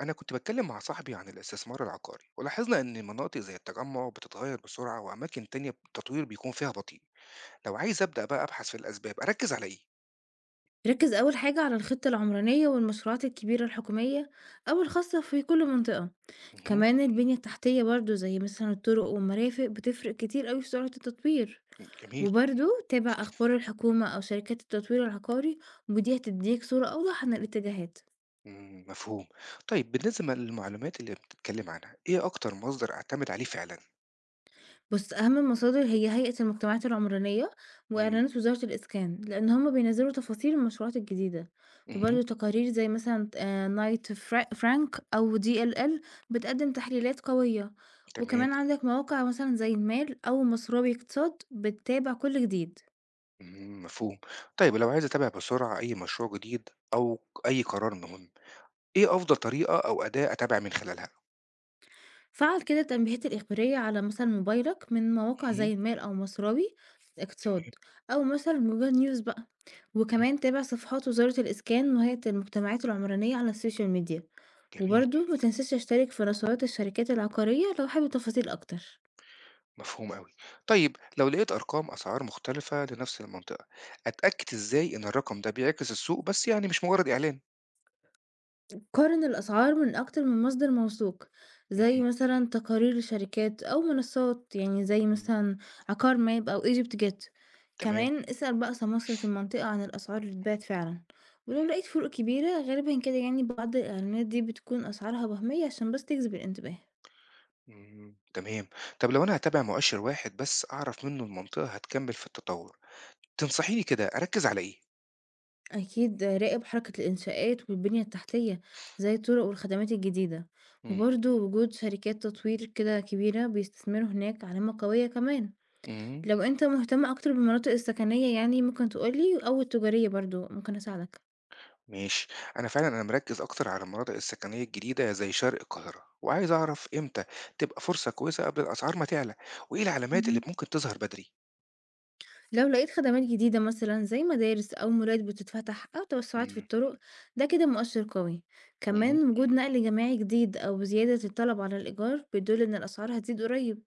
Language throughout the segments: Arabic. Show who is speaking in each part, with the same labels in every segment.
Speaker 1: أنا كنت بتكلم مع صاحبي عن الاستثمار العقاري ولاحظنا إن مناطق زي التجمع بتتغير بسرعة وأماكن تانية التطوير بيكون فيها بطيء. لو عايز أبدأ بقى أبحث في الأسباب أركز على إيه؟
Speaker 2: ركز أول حاجة على الخطة العمرانية والمشروعات الكبيرة الحكومية أو الخاصة في كل منطقة.
Speaker 1: مهم.
Speaker 2: كمان البنية التحتية برضو زي مثلا الطرق والمرافق بتفرق كتير أوي في سرعة التطوير،
Speaker 1: جميل.
Speaker 2: وبرضو تابع أخبار الحكومة أو شركات التطوير العقاري ودي هتديك صورة أوضح عن الاتجاهات.
Speaker 1: مم، مفهوم. طيب بالنسبة للمعلومات اللي بتتكلم عنها إيه أكتر مصدر أعتمد عليه فعلا؟
Speaker 2: بُص، أهم المصادر هي هيئة المجتمعات العمرانية
Speaker 1: مم.
Speaker 2: وإعلانات وزارة الإسكان، لإن هُم بينزّلوا تفاصيل المشروعات الجديدة،
Speaker 1: مهم.
Speaker 2: وبرضه تقارير زي مثلًا نايت فرانك أو DLL بتقدّم تحليلات قوية،
Speaker 1: تمام.
Speaker 2: وكمان عندك مواقع مثلًا زي المال أو مصراوي اقتصاد بتتابع كل جديد.
Speaker 1: مم، مفهوم. طيب لو عايز أتابع بسرعة أي مشروع جديد أو أي قرار مهم إيه أفضل طريقة أو أداة أتابع من خلالها؟
Speaker 2: فعّل كده التنبيهات الإخبارية على مثلًا موبايلك من مواقع
Speaker 1: مهم.
Speaker 2: زي المال أو مصراوي
Speaker 1: تمام.
Speaker 2: اقتصاد أو مثلًا جوجل نيوز بقى،
Speaker 1: مم،
Speaker 2: وكمان تابع صفحات وزارة الإسكان وهيئة المجتمعات العمرانية على السوشيال ميديا،
Speaker 1: جميل.
Speaker 2: وبرضه ما تنساش تشترك في رسائل الشركات العقارية لو حابب تفاصيل أكتر.
Speaker 1: مفهوم أوي. طيب لو لقيت أرقام أسعار مختلفة لنفس المنطقة، أتأكد إزاي إن الرقم ده بيعكس السوق بس يعني مش مجرد إعلان؟
Speaker 2: قارن الأسعار من أكتر من مصدر موثوق زي
Speaker 1: اهم،
Speaker 2: مثلا تقارير الشركات أو منصات يعني زي
Speaker 1: اهم،
Speaker 2: مثلا عقار ماب أو ايجيبت جيت.
Speaker 1: تمام،
Speaker 2: كمان اسأل بقى سماسرة المنطقة عن الأسعار اللي اتباعت فعلا،
Speaker 1: اهم،
Speaker 2: ولو لقيت فروق كبيرة غالبا كده يعني بعض الإعلانات دي بتكون أسعارها وهمية عشان بس تجذب الانتباه.
Speaker 1: اهم، تمام. طب لو أنا هاتابع مؤشر واحد بس أعرف منه المنطقة هتكمل في التطور، تنصحيني كده أركز على إيه؟
Speaker 2: أكيد راقب حركة الإنشاءات والبنية التحتية زي الطرق والخدمات الجديدة،
Speaker 1: إمم،
Speaker 2: وبرضه وجود شركات تطوير كده كبيرة بيستثمروا هناك علامة قوية كمان.
Speaker 1: إمم،
Speaker 2: لو أنت مهتم أكتر بالمناطق السكنية يعني ممكن تقول لي، أو التجارية برضه ممكن أساعدك.
Speaker 1: ماشي. أنا فعلًا أنا مركز أكتر على المناطق السكنية الجديدة زي شرق القاهرة، وعايز أعرف إمتى تبقى فرصة كويسة قبل الأسعار ما تعلى، وإيه العلامات اللي
Speaker 2: اهم.
Speaker 1: ممكن تظهر بدري؟
Speaker 2: لو لقيت خدمات جديدة مثلًا زي مدارس أو مولات بتتفتح أو توسعات في
Speaker 1: إمم،
Speaker 2: الطرق، ده كده مؤشر قوي.
Speaker 1: إمم.
Speaker 2: كمان وجود نقل جماعي جديد أو زيادة الطلب على الإيجار بيدل إن الأسعار هتزيد قريب.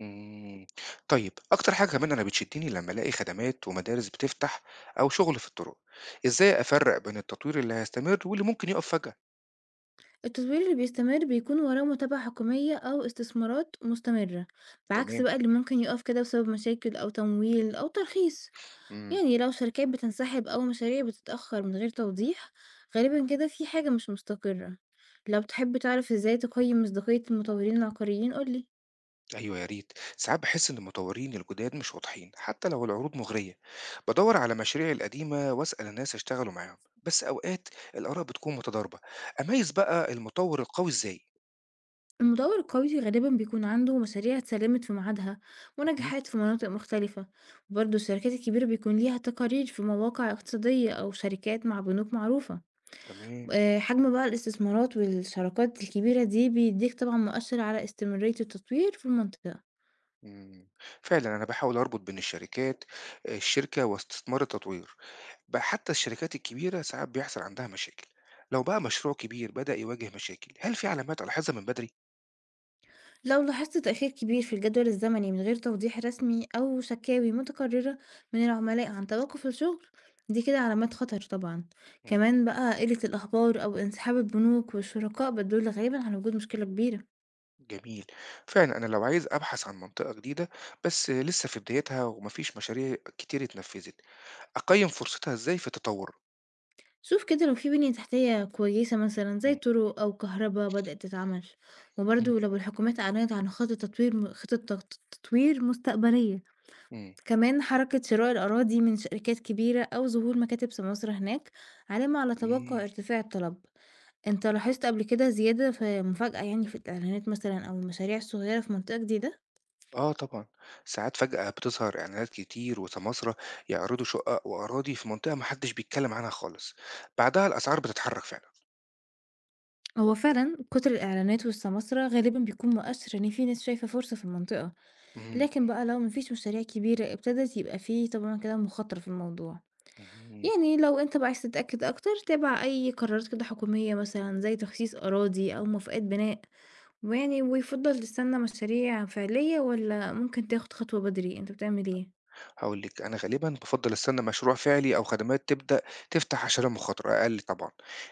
Speaker 1: إمم. طيب أكتر حاجة كمان أنا بتشدّني لمّا ألاقي خدمات ومدارس بتفتح أو شغل في الطرق، إزاي أفرّق بين التطوير اللي هيستمر واللي ممكن يُقف فجأة؟
Speaker 2: التطوير اللي بيستمر بيكون وراه متابعة حكومية أو استثمارات مستمرة، بعكس
Speaker 1: تمام.
Speaker 2: بقى اللي ممكن يقف كده بسبب مشاكل أو تمويل أو ترخيص.
Speaker 1: إمم.
Speaker 2: يعني لو شركات بتنسحب أو مشاريع بتتأخر من غير توضيح، غالبا كده في حاجة مش مستقرة. لو تحب تعرف ازاي تقيم مصداقية المطورين العقاريين قولي.
Speaker 1: أيوه يا ريت. ساعات باحس إن المطورين الجُداد مش واضحين حتى لو العروض مغرية. بادوّر على مشاريعي القديمة وأسأل الناس اشتغلوا معاهم، بس أوقات الآراء بتكون متضاربة. أميّز بقى المطور القوي إزاي؟
Speaker 2: المطور القوي غالبا بيكون عنده مشاريع اتسلمت في ميعادها
Speaker 1: اهم.
Speaker 2: ونجحت في مناطق مختلفة، وبرضه الشركات الكبيرة بيكون ليها تقارير في مواقع اقتصادية أو شركات مع بنوك معروفة.
Speaker 1: تمام.
Speaker 2: آه، حجم بقى الاستثمارات والشراكات الكبيرة دي بيديك طبعا مؤشر على استمرارية التطوير في المنطقة.
Speaker 1: إمم، فعلًا أنا باحاول أربط بين الشركة واستثمار التطوير، بقى حتى الشركات الكبيرة ساعات بيحصل عندها مشاكل، لو بقى مشروع كبير بدأ يواجه مشاكل، هل في علامات ألاحظها من بدري؟
Speaker 2: لو لاحظت تأخير كبير في الجدول الزمني من غير توضيح رسمي أو شكاوي متكررة من العملاء عن توقف الشغل، دي كده علامات خطر طبعا.
Speaker 1: إمم،
Speaker 2: كمان بقى قلة الأخبار أو انسحاب البنوك والشركاء بتدل غالبا على وجود مشكلة كبيرة.
Speaker 1: جميل. فعلًا أنا لو عايز أبحث عن منطقة جديدة بس لسه في بدايتها وما فيش مشاريع كتير اتنفذت، أقيم فرصتها إزاي في التطور؟
Speaker 2: شوف كده لو في بنية تحتية كويسة مثلا زي
Speaker 1: إمم،
Speaker 2: طرق أو كهرباء بدأت تتعمل،
Speaker 1: إمم.
Speaker 2: وبرضه لو الحكومات أعلنت عن خطط تطوير مستقبلية.
Speaker 1: إمم،
Speaker 2: كمان حركة شراء الأراضي من شركات كبيرة أو ظهور مكاتب سماسرة هناك علامة على
Speaker 1: إمم.
Speaker 2: توقع ارتفاع الطلب. انت لاحظت قبل كده زيادة في مفاجأة يعني في الإعلانات مثلا أو المشاريع الصغيرة في منطقة جديدة؟
Speaker 1: آه طبعًا، ساعات فجأة بتظهر إعلانات كتير وسماسرة يعرضوا شقق وأراضي في منطقة ما حدش بيتكلم عنها خالص، بعدها الأسعار بتتحرك فعلًا.
Speaker 2: هو فعلا كتر الإعلانات والسماسرة غالبا بيكون مؤشر إن في ناس شايفة فرصة في المنطقة،
Speaker 1: اهم،
Speaker 2: لكن بقى لو مفيش مشاريع كبيرة ابتدت يبقى فيه طبعا كده مخاطرة في الموضوع.
Speaker 1: اهم.
Speaker 2: يعني لو انت بقى عايز تتأكد أكتر تابع أي قرارات كده حكومية مثلا زي تخصيص أراضي أو موافقات بناء، ويفضّل تستنى مشاريع فعلية والّا ممكن تاخد خطوة بدري، أنت بتعمل إيه؟
Speaker 1: هاقول لِك أنا غالبًا بافضّل أستنى مشروع فعلي أو خدمات تبدأ تفتح عشان المخاطرة أقل طبعًا،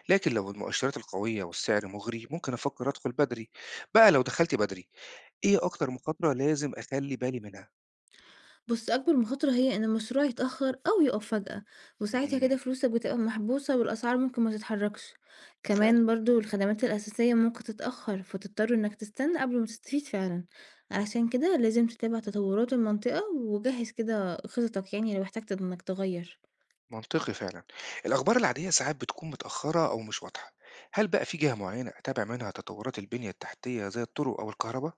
Speaker 1: لكن لو المؤشرات القوية والسعر مغري ممكن أفكر أدخل بدري، بقى لو دخلت بدري إيه أكتر مخاطرة لازم أخلّي بالي منها؟
Speaker 2: بُص، أكبر مخاطرة هي إن المشروع يتأخّر أو يُقف فجأة، وساعتها
Speaker 1: إمم،
Speaker 2: كده فلوسك بتبقى محبوسة والأسعار ممكن ما تتحركش،
Speaker 1: فعلًا؟
Speaker 2: كمان برضه الخدمات الأساسية ممكن تتأخّر، فتضطر إنك تستنى قبل ما تستفيد فعلًا، علشان
Speaker 1: إمم.
Speaker 2: كده لازم تتابع تطورات المنطقة وجهّز كده خططك يعني لو احتجت إنك تغيّر.
Speaker 1: منطقي فعلا. الأخبار العادية ساعات بتكون متأخرة أو مش واضحة. هل بقى في جهة معينة أتابع منها تطورات البنية التحتية زي الطرق أو الكهرباء؟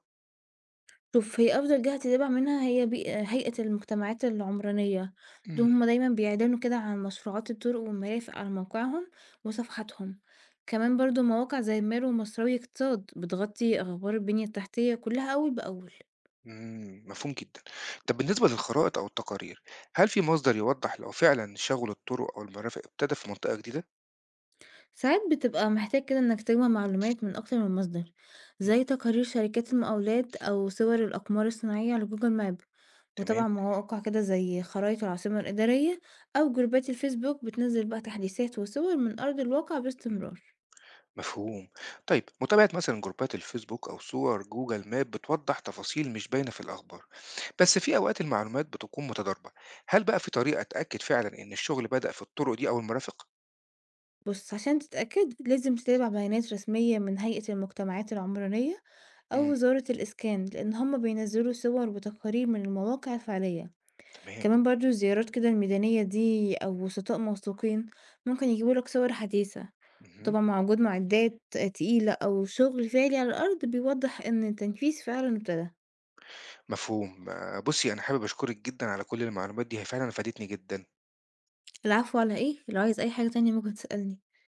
Speaker 2: شوف، هي أفضل جهة تتابع منها هي هيئة المجتمعات العمرانية،
Speaker 1: مم.
Speaker 2: دول هُم دايمًا بيعلنوا كده عن مشروعات الطرق والمرافق على موقعهم وصفحاتهم، كمان برضه مواقع زي ميرو ومصراوي اقتصاد بتغطي أخبار البنية التحتية كلها أول بأول.
Speaker 1: مم، مفهوم جدا. طب بالنسبة للخرائط أو التقارير هل في مصدر يوضح لو فعلا شغل الطرق أو المرافق ابتدى في منطقة جديدة؟
Speaker 2: ساعات بتبقى محتاج كده إنك تجمع معلومات من أكتر من مصدر زي
Speaker 1: مم.
Speaker 2: تقارير شركات المقاولات أو صور الأقمار الصناعية على جوجل ماب،
Speaker 1: تمام.
Speaker 2: وطبعا مواقع كده زي خرائط العاصمة الإدارية أو جروبات الفيسبوك بتنزل بقى تحديثات وصور من أرض الواقع
Speaker 1: مم.
Speaker 2: باستمرار.
Speaker 1: مفهوم. طيب متابعة مثلا جروبات الفيسبوك أو صور جوجل ماب بتوضح تفاصيل مش باينة في الأخبار. بس في أوقات المعلومات بتكون متضاربة. هل بقى في طريقة أتأكد فعلا إن الشغل بدأ في الطرق دي أو المرافق؟
Speaker 2: بص عشان تتأكد لازم تتابع بيانات رسمية من هيئة المجتمعات العمرانية أو
Speaker 1: مم.
Speaker 2: وزارة الإسكان لأن هما بينزلوا صور وتقارير من المواقع الفعلية.
Speaker 1: تمام.
Speaker 2: كمان برضه الزيارات كده الميدانية دي أو وسطاء موثوقين ممكن يجيبوا لك صور حديثة.
Speaker 1: مهم.
Speaker 2: طبعا مع وجود معدات تقيلة أو شغل فعلي على الأرض بيوضح إن التنفيذ فعلا ابتدى.
Speaker 1: مفهوم آه، بصي أنا حابب أشكرك جدا على كل المعلومات دي هي فعلا فادتني جدا.
Speaker 2: العفو، على إيه؟ لو عايز أي حاجة تانية ممكن تسألني.